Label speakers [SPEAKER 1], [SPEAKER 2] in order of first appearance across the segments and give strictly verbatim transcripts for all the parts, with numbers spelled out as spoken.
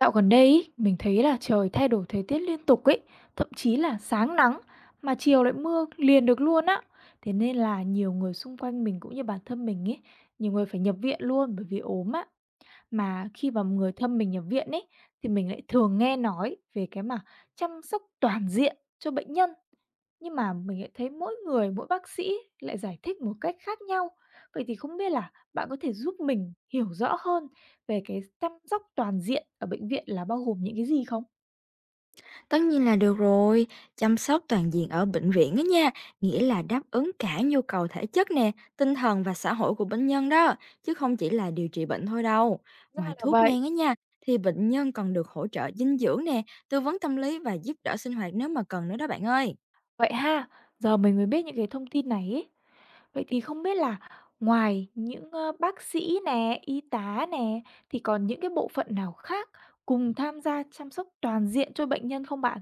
[SPEAKER 1] Dạo gần đây ấy, mình thấy là trời thay đổi thời tiết liên tục ấy, thậm chí là sáng nắng mà chiều lại mưa liền được luôn á. Thế nên là nhiều người xung quanh mình cũng như bản thân mình ấy, nhiều người phải nhập viện luôn bởi vì ốm á. Mà khi mà người thân mình nhập viện ấy thì mình lại thường nghe nói về cái mà chăm sóc toàn diện cho bệnh nhân, nhưng mà mình lại thấy mỗi người, mỗi bác sĩ lại giải thích một cách khác nhau. Vậy thì không biết là bạn có thể giúp mình hiểu rõ hơn về cái chăm sóc toàn diện ở bệnh viện là bao gồm những cái gì không?
[SPEAKER 2] Tất nhiên là được rồi, chăm sóc toàn diện ở bệnh viện á nha, nghĩa là đáp ứng cả nhu cầu thể chất nè, tinh thần và xã hội của bệnh nhân đó, chứ không chỉ là điều trị bệnh thôi đâu.
[SPEAKER 1] Ra
[SPEAKER 2] Ngoài
[SPEAKER 1] là
[SPEAKER 2] thuốc
[SPEAKER 1] vậy.
[SPEAKER 2] men á nha, thì bệnh nhân còn được hỗ trợ dinh dưỡng nè, tư vấn tâm lý và giúp đỡ sinh hoạt nếu mà cần nữa đó bạn ơi.
[SPEAKER 1] Vậy ha, giờ mình mới biết những cái thông tin này ấy. Vậy thì không biết là ngoài những ờ, bác sĩ nè, y tá nè thì còn những cái bộ phận nào khác cùng tham gia chăm sóc toàn diện cho bệnh nhân không bạn?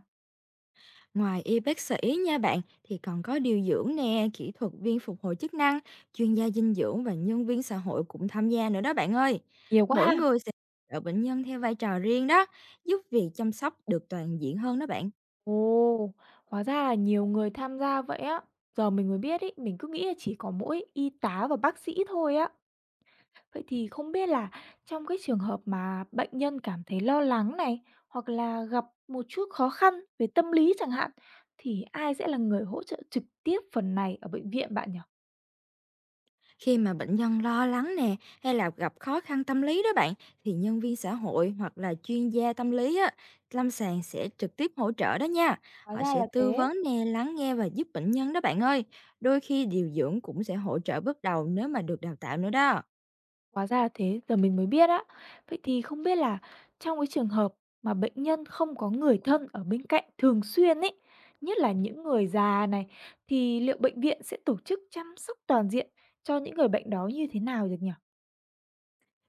[SPEAKER 2] Ngoài y bác sĩ nha bạn, thì còn có điều dưỡng nè, kỹ thuật viên phục hồi chức năng, chuyên gia dinh dưỡng và nhân viên xã hội cũng tham gia nữa đó bạn ơi.
[SPEAKER 1] Nhiều quá
[SPEAKER 2] Mỗi
[SPEAKER 1] ha.
[SPEAKER 2] người sẽ ở bệnh nhân theo vai trò riêng đó, giúp việc chăm sóc được toàn diện hơn đó bạn.
[SPEAKER 1] Ồ, hóa ra là nhiều người tham gia vậy á. Giờ mình mới biết ý, mình cứ nghĩ là chỉ có mỗi y tá và bác sĩ thôi á. Vậy thì không biết là trong cái trường hợp mà bệnh nhân cảm thấy lo lắng này, hoặc là gặp một chút khó khăn về tâm lý chẳng hạn, thì ai sẽ là người hỗ trợ trực tiếp phần này ở bệnh viện bạn nhỉ?
[SPEAKER 2] Khi mà bệnh nhân lo lắng nè, hay là gặp khó khăn tâm lý đó bạn, thì nhân viên xã hội hoặc là chuyên gia tâm lý á, lâm sàng sẽ trực tiếp hỗ trợ đó nha.
[SPEAKER 1] Hóa
[SPEAKER 2] Họ
[SPEAKER 1] ra
[SPEAKER 2] sẽ
[SPEAKER 1] là
[SPEAKER 2] tư
[SPEAKER 1] thế.
[SPEAKER 2] vấn nè, lắng nghe và giúp bệnh nhân đó bạn ơi. Đôi khi điều dưỡng cũng sẽ hỗ trợ bước đầu nếu mà được đào tạo nữa đó.
[SPEAKER 1] Hóa ra là thế, giờ mình mới biết á. Vậy thì không biết là trong cái trường hợp mà bệnh nhân không có người thân ở bên cạnh thường xuyên ấy, nhất là những người già này, thì liệu bệnh viện sẽ tổ chức chăm sóc toàn diện cho những người bệnh đó như thế nào được nhỉ?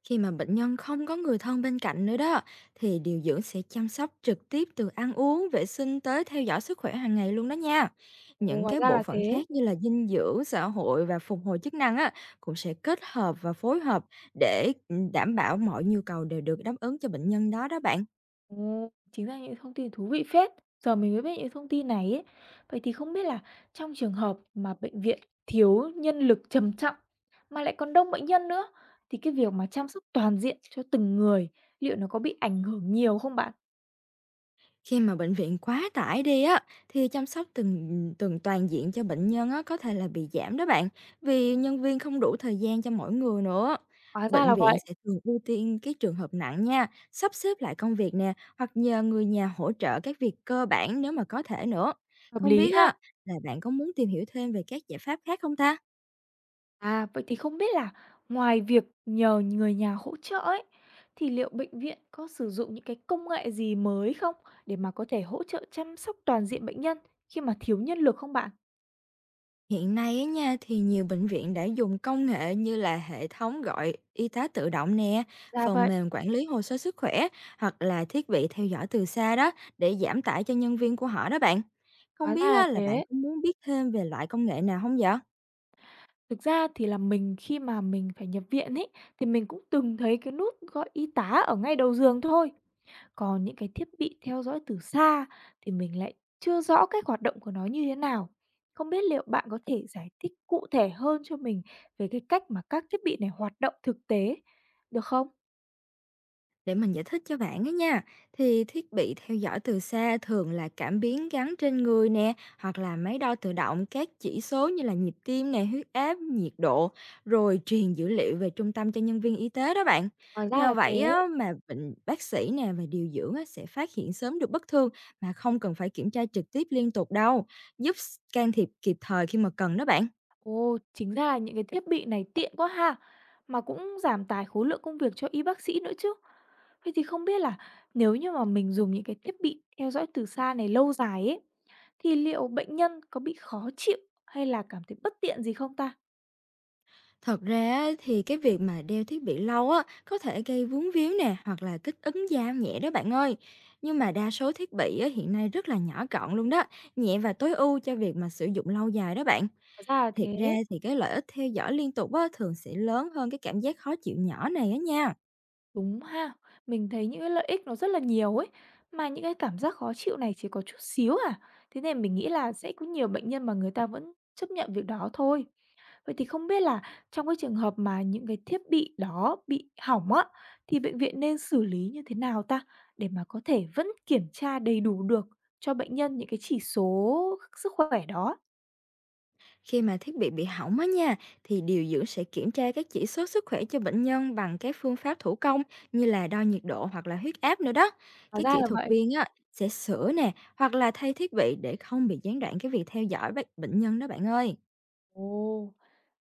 [SPEAKER 2] Khi mà bệnh nhân không có người thân bên cạnh nữa đó, thì điều dưỡng sẽ chăm sóc trực tiếp từ ăn uống, vệ sinh tới theo dõi sức khỏe hàng ngày luôn đó nha.
[SPEAKER 1] Ồ,
[SPEAKER 2] Những
[SPEAKER 1] hóa
[SPEAKER 2] cái
[SPEAKER 1] ra
[SPEAKER 2] bộ
[SPEAKER 1] là
[SPEAKER 2] phận
[SPEAKER 1] thế.
[SPEAKER 2] khác như là dinh dưỡng, xã hội và phục hồi chức năng á, cũng sẽ kết hợp và phối hợp để ừ, đảm bảo mọi nhu cầu đều được đáp ứng cho bệnh nhân đó đó bạn.
[SPEAKER 1] Ồ, chính là những thông tin thú vị phết. Giờ mình mới biết những thông tin này ấy. Vậy thì không biết là trong trường hợp mà bệnh viện thiếu nhân lực trầm trọng mà lại còn đông bệnh nhân nữa, thì cái việc mà chăm sóc toàn diện cho từng người liệu nó có bị ảnh hưởng nhiều không bạn?
[SPEAKER 2] Khi mà bệnh viện quá tải đi á, thì chăm sóc từng từng toàn diện cho bệnh nhân á, có thể là bị giảm đó bạn, vì nhân viên không đủ thời gian cho mỗi người nữa.
[SPEAKER 1] Hóa ra
[SPEAKER 2] Bệnh
[SPEAKER 1] là
[SPEAKER 2] viện
[SPEAKER 1] vậy.
[SPEAKER 2] sẽ thường ưu tiên cái trường hợp nặng nha, sắp xếp lại công việc nè, hoặc nhờ người nhà hỗ trợ các việc cơ bản nếu mà có thể nữa.
[SPEAKER 1] Hợp
[SPEAKER 2] Không
[SPEAKER 1] lý
[SPEAKER 2] biết á,
[SPEAKER 1] ha.
[SPEAKER 2] là bạn có muốn tìm hiểu thêm về các giải pháp khác không ta?
[SPEAKER 1] À, vậy thì không biết là ngoài việc nhờ người nhà hỗ trợ ấy, thì liệu bệnh viện có sử dụng những cái công nghệ gì mới không để mà có thể hỗ trợ chăm sóc toàn diện bệnh nhân khi mà thiếu nhân lực không bạn?
[SPEAKER 2] Hiện nay á nha, thì nhiều bệnh viện đã dùng công nghệ như là hệ thống gọi y tá tự động nè,
[SPEAKER 1] Ra
[SPEAKER 2] phần
[SPEAKER 1] vậy.
[SPEAKER 2] mềm quản lý hồ sơ sức khỏe hoặc là thiết bị theo dõi từ xa đó, để giảm tải cho nhân viên của họ đó bạn. Không
[SPEAKER 1] Hóa ra
[SPEAKER 2] biết
[SPEAKER 1] là
[SPEAKER 2] á, là bạn
[SPEAKER 1] thế.
[SPEAKER 2] có muốn biết thêm về loại công nghệ nào không vậy?
[SPEAKER 1] Thực ra thì là mình khi mà mình phải nhập viện ấy, thì mình cũng từng thấy cái nút gọi y tá ở ngay đầu giường thôi. Còn những cái thiết bị theo dõi từ xa thì mình lại chưa rõ cách hoạt động của nó như thế nào. Không biết liệu bạn có thể giải thích cụ thể hơn cho mình về cái cách mà các thiết bị này hoạt động thực tế được không?
[SPEAKER 2] Để mình giải thích cho bạn á nha, thì thiết bị theo dõi từ xa thường là cảm biến gắn trên người nè, hoặc là máy đo tự động các chỉ số như là nhịp tim nè, huyết áp, nhiệt độ, rồi truyền dữ liệu về trung tâm cho nhân viên y tế đó bạn.
[SPEAKER 1] Hóa ra là
[SPEAKER 2] Nhờ
[SPEAKER 1] thế.
[SPEAKER 2] vậy á, mà bệnh bác sĩ nè và điều dưỡng á, sẽ phát hiện sớm được bất thường mà không cần phải kiểm tra trực tiếp liên tục đâu, giúp can thiệp kịp thời khi mà cần đó bạn.
[SPEAKER 1] Ồ, chính ra là những cái thiết bị này tiện quá ha, mà cũng giảm tải khối lượng công việc cho y bác sĩ nữa chứ. Vậy thì không biết là nếu như mà mình dùng những cái thiết bị theo dõi từ xa này lâu dài ấy, thì liệu bệnh nhân có bị khó chịu hay là cảm thấy bất tiện gì không ta?
[SPEAKER 2] Thật ra á, thì cái việc mà đeo thiết bị lâu á có thể gây vướng víu nè hoặc là kích ứng da nhẹ đó bạn ơi. Nhưng mà đa số thiết bị á, hiện nay rất là nhỏ gọn luôn đó, nhẹ và tối ưu cho việc mà sử dụng lâu dài đó bạn.
[SPEAKER 1] Hóa ra là
[SPEAKER 2] Thiệt ra
[SPEAKER 1] thế.
[SPEAKER 2] thì cái lợi ích theo dõi liên tục á, thường sẽ lớn hơn cái cảm giác khó chịu nhỏ này á nha.
[SPEAKER 1] Đúng ha, mình thấy những cái lợi ích nó rất là nhiều ấy, mà những cái cảm giác khó chịu này chỉ có chút xíu à. Thế nên mình nghĩ là sẽ có nhiều bệnh nhân mà người ta vẫn chấp nhận việc đó thôi. Vậy thì không biết là trong cái trường hợp mà những cái thiết bị đó bị hỏng á, thì bệnh viện nên xử lý như thế nào ta để mà có thể vẫn kiểm tra đầy đủ được cho bệnh nhân những cái chỉ số sức khỏe đó?
[SPEAKER 2] Khi mà thiết bị bị hỏng á nha, thì điều dưỡng sẽ kiểm tra các chỉ số sức khỏe cho bệnh nhân bằng các phương pháp thủ công như là đo nhiệt độ hoặc là huyết áp nữa đó.
[SPEAKER 1] Hóa
[SPEAKER 2] Cái
[SPEAKER 1] ra
[SPEAKER 2] kỹ
[SPEAKER 1] là
[SPEAKER 2] thuật
[SPEAKER 1] vậy.
[SPEAKER 2] viên á sẽ sửa nè hoặc là thay thiết bị để không bị gián đoạn cái việc theo dõi bác- bệnh nhân đó bạn ơi.
[SPEAKER 1] Ồ.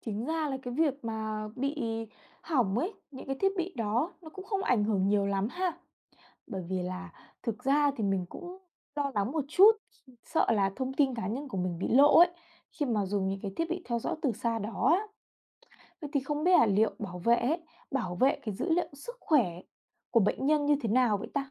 [SPEAKER 1] Chính ra là cái việc mà bị hỏng ấy, những cái thiết bị đó nó cũng không ảnh hưởng nhiều lắm ha. Bởi vì là thực ra thì mình cũng lo lắng một chút, sợ là thông tin cá nhân của mình bị lộ ấy, khi mà dùng những cái thiết bị theo dõi từ xa đó á. Vậy thì không biết là liệu bảo vệ ấy, bảo vệ cái dữ liệu sức khỏe của bệnh nhân như thế nào vậy ta?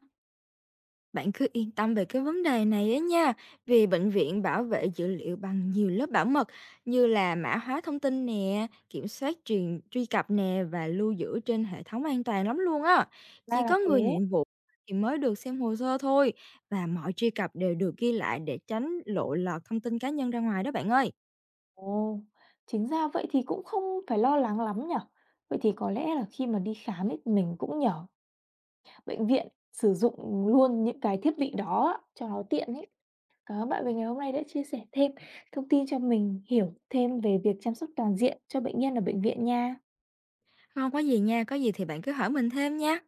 [SPEAKER 2] Bạn cứ yên tâm về cái vấn đề này á nha, vì bệnh viện bảo vệ dữ liệu bằng nhiều lớp bảo mật như là mã hóa thông tin nè, kiểm soát truyền truy cập nè và lưu giữ trên hệ thống an toàn lắm luôn á.
[SPEAKER 1] Ra
[SPEAKER 2] Chỉ
[SPEAKER 1] là
[SPEAKER 2] có người
[SPEAKER 1] thế.
[SPEAKER 2] nhiệm vụ thì mới được xem hồ sơ thôi, và mọi truy cập đều được ghi lại để tránh lộ lọt thông tin cá nhân ra ngoài đó bạn ơi.
[SPEAKER 1] Ồ, chính ra vậy thì cũng không phải lo lắng lắm nhở. Vậy thì có lẽ là khi mà đi khám ấy, mình cũng nhở bệnh viện sử dụng luôn những cái thiết bị đó á, cho nó tiện ấy. Cảm ơn bạn về ngày hôm nay đã chia sẻ thêm thông tin cho mình hiểu thêm về việc chăm sóc toàn diện cho bệnh nhân ở bệnh viện nha.
[SPEAKER 2] Không có gì nha, có gì thì bạn cứ hỏi mình thêm nha.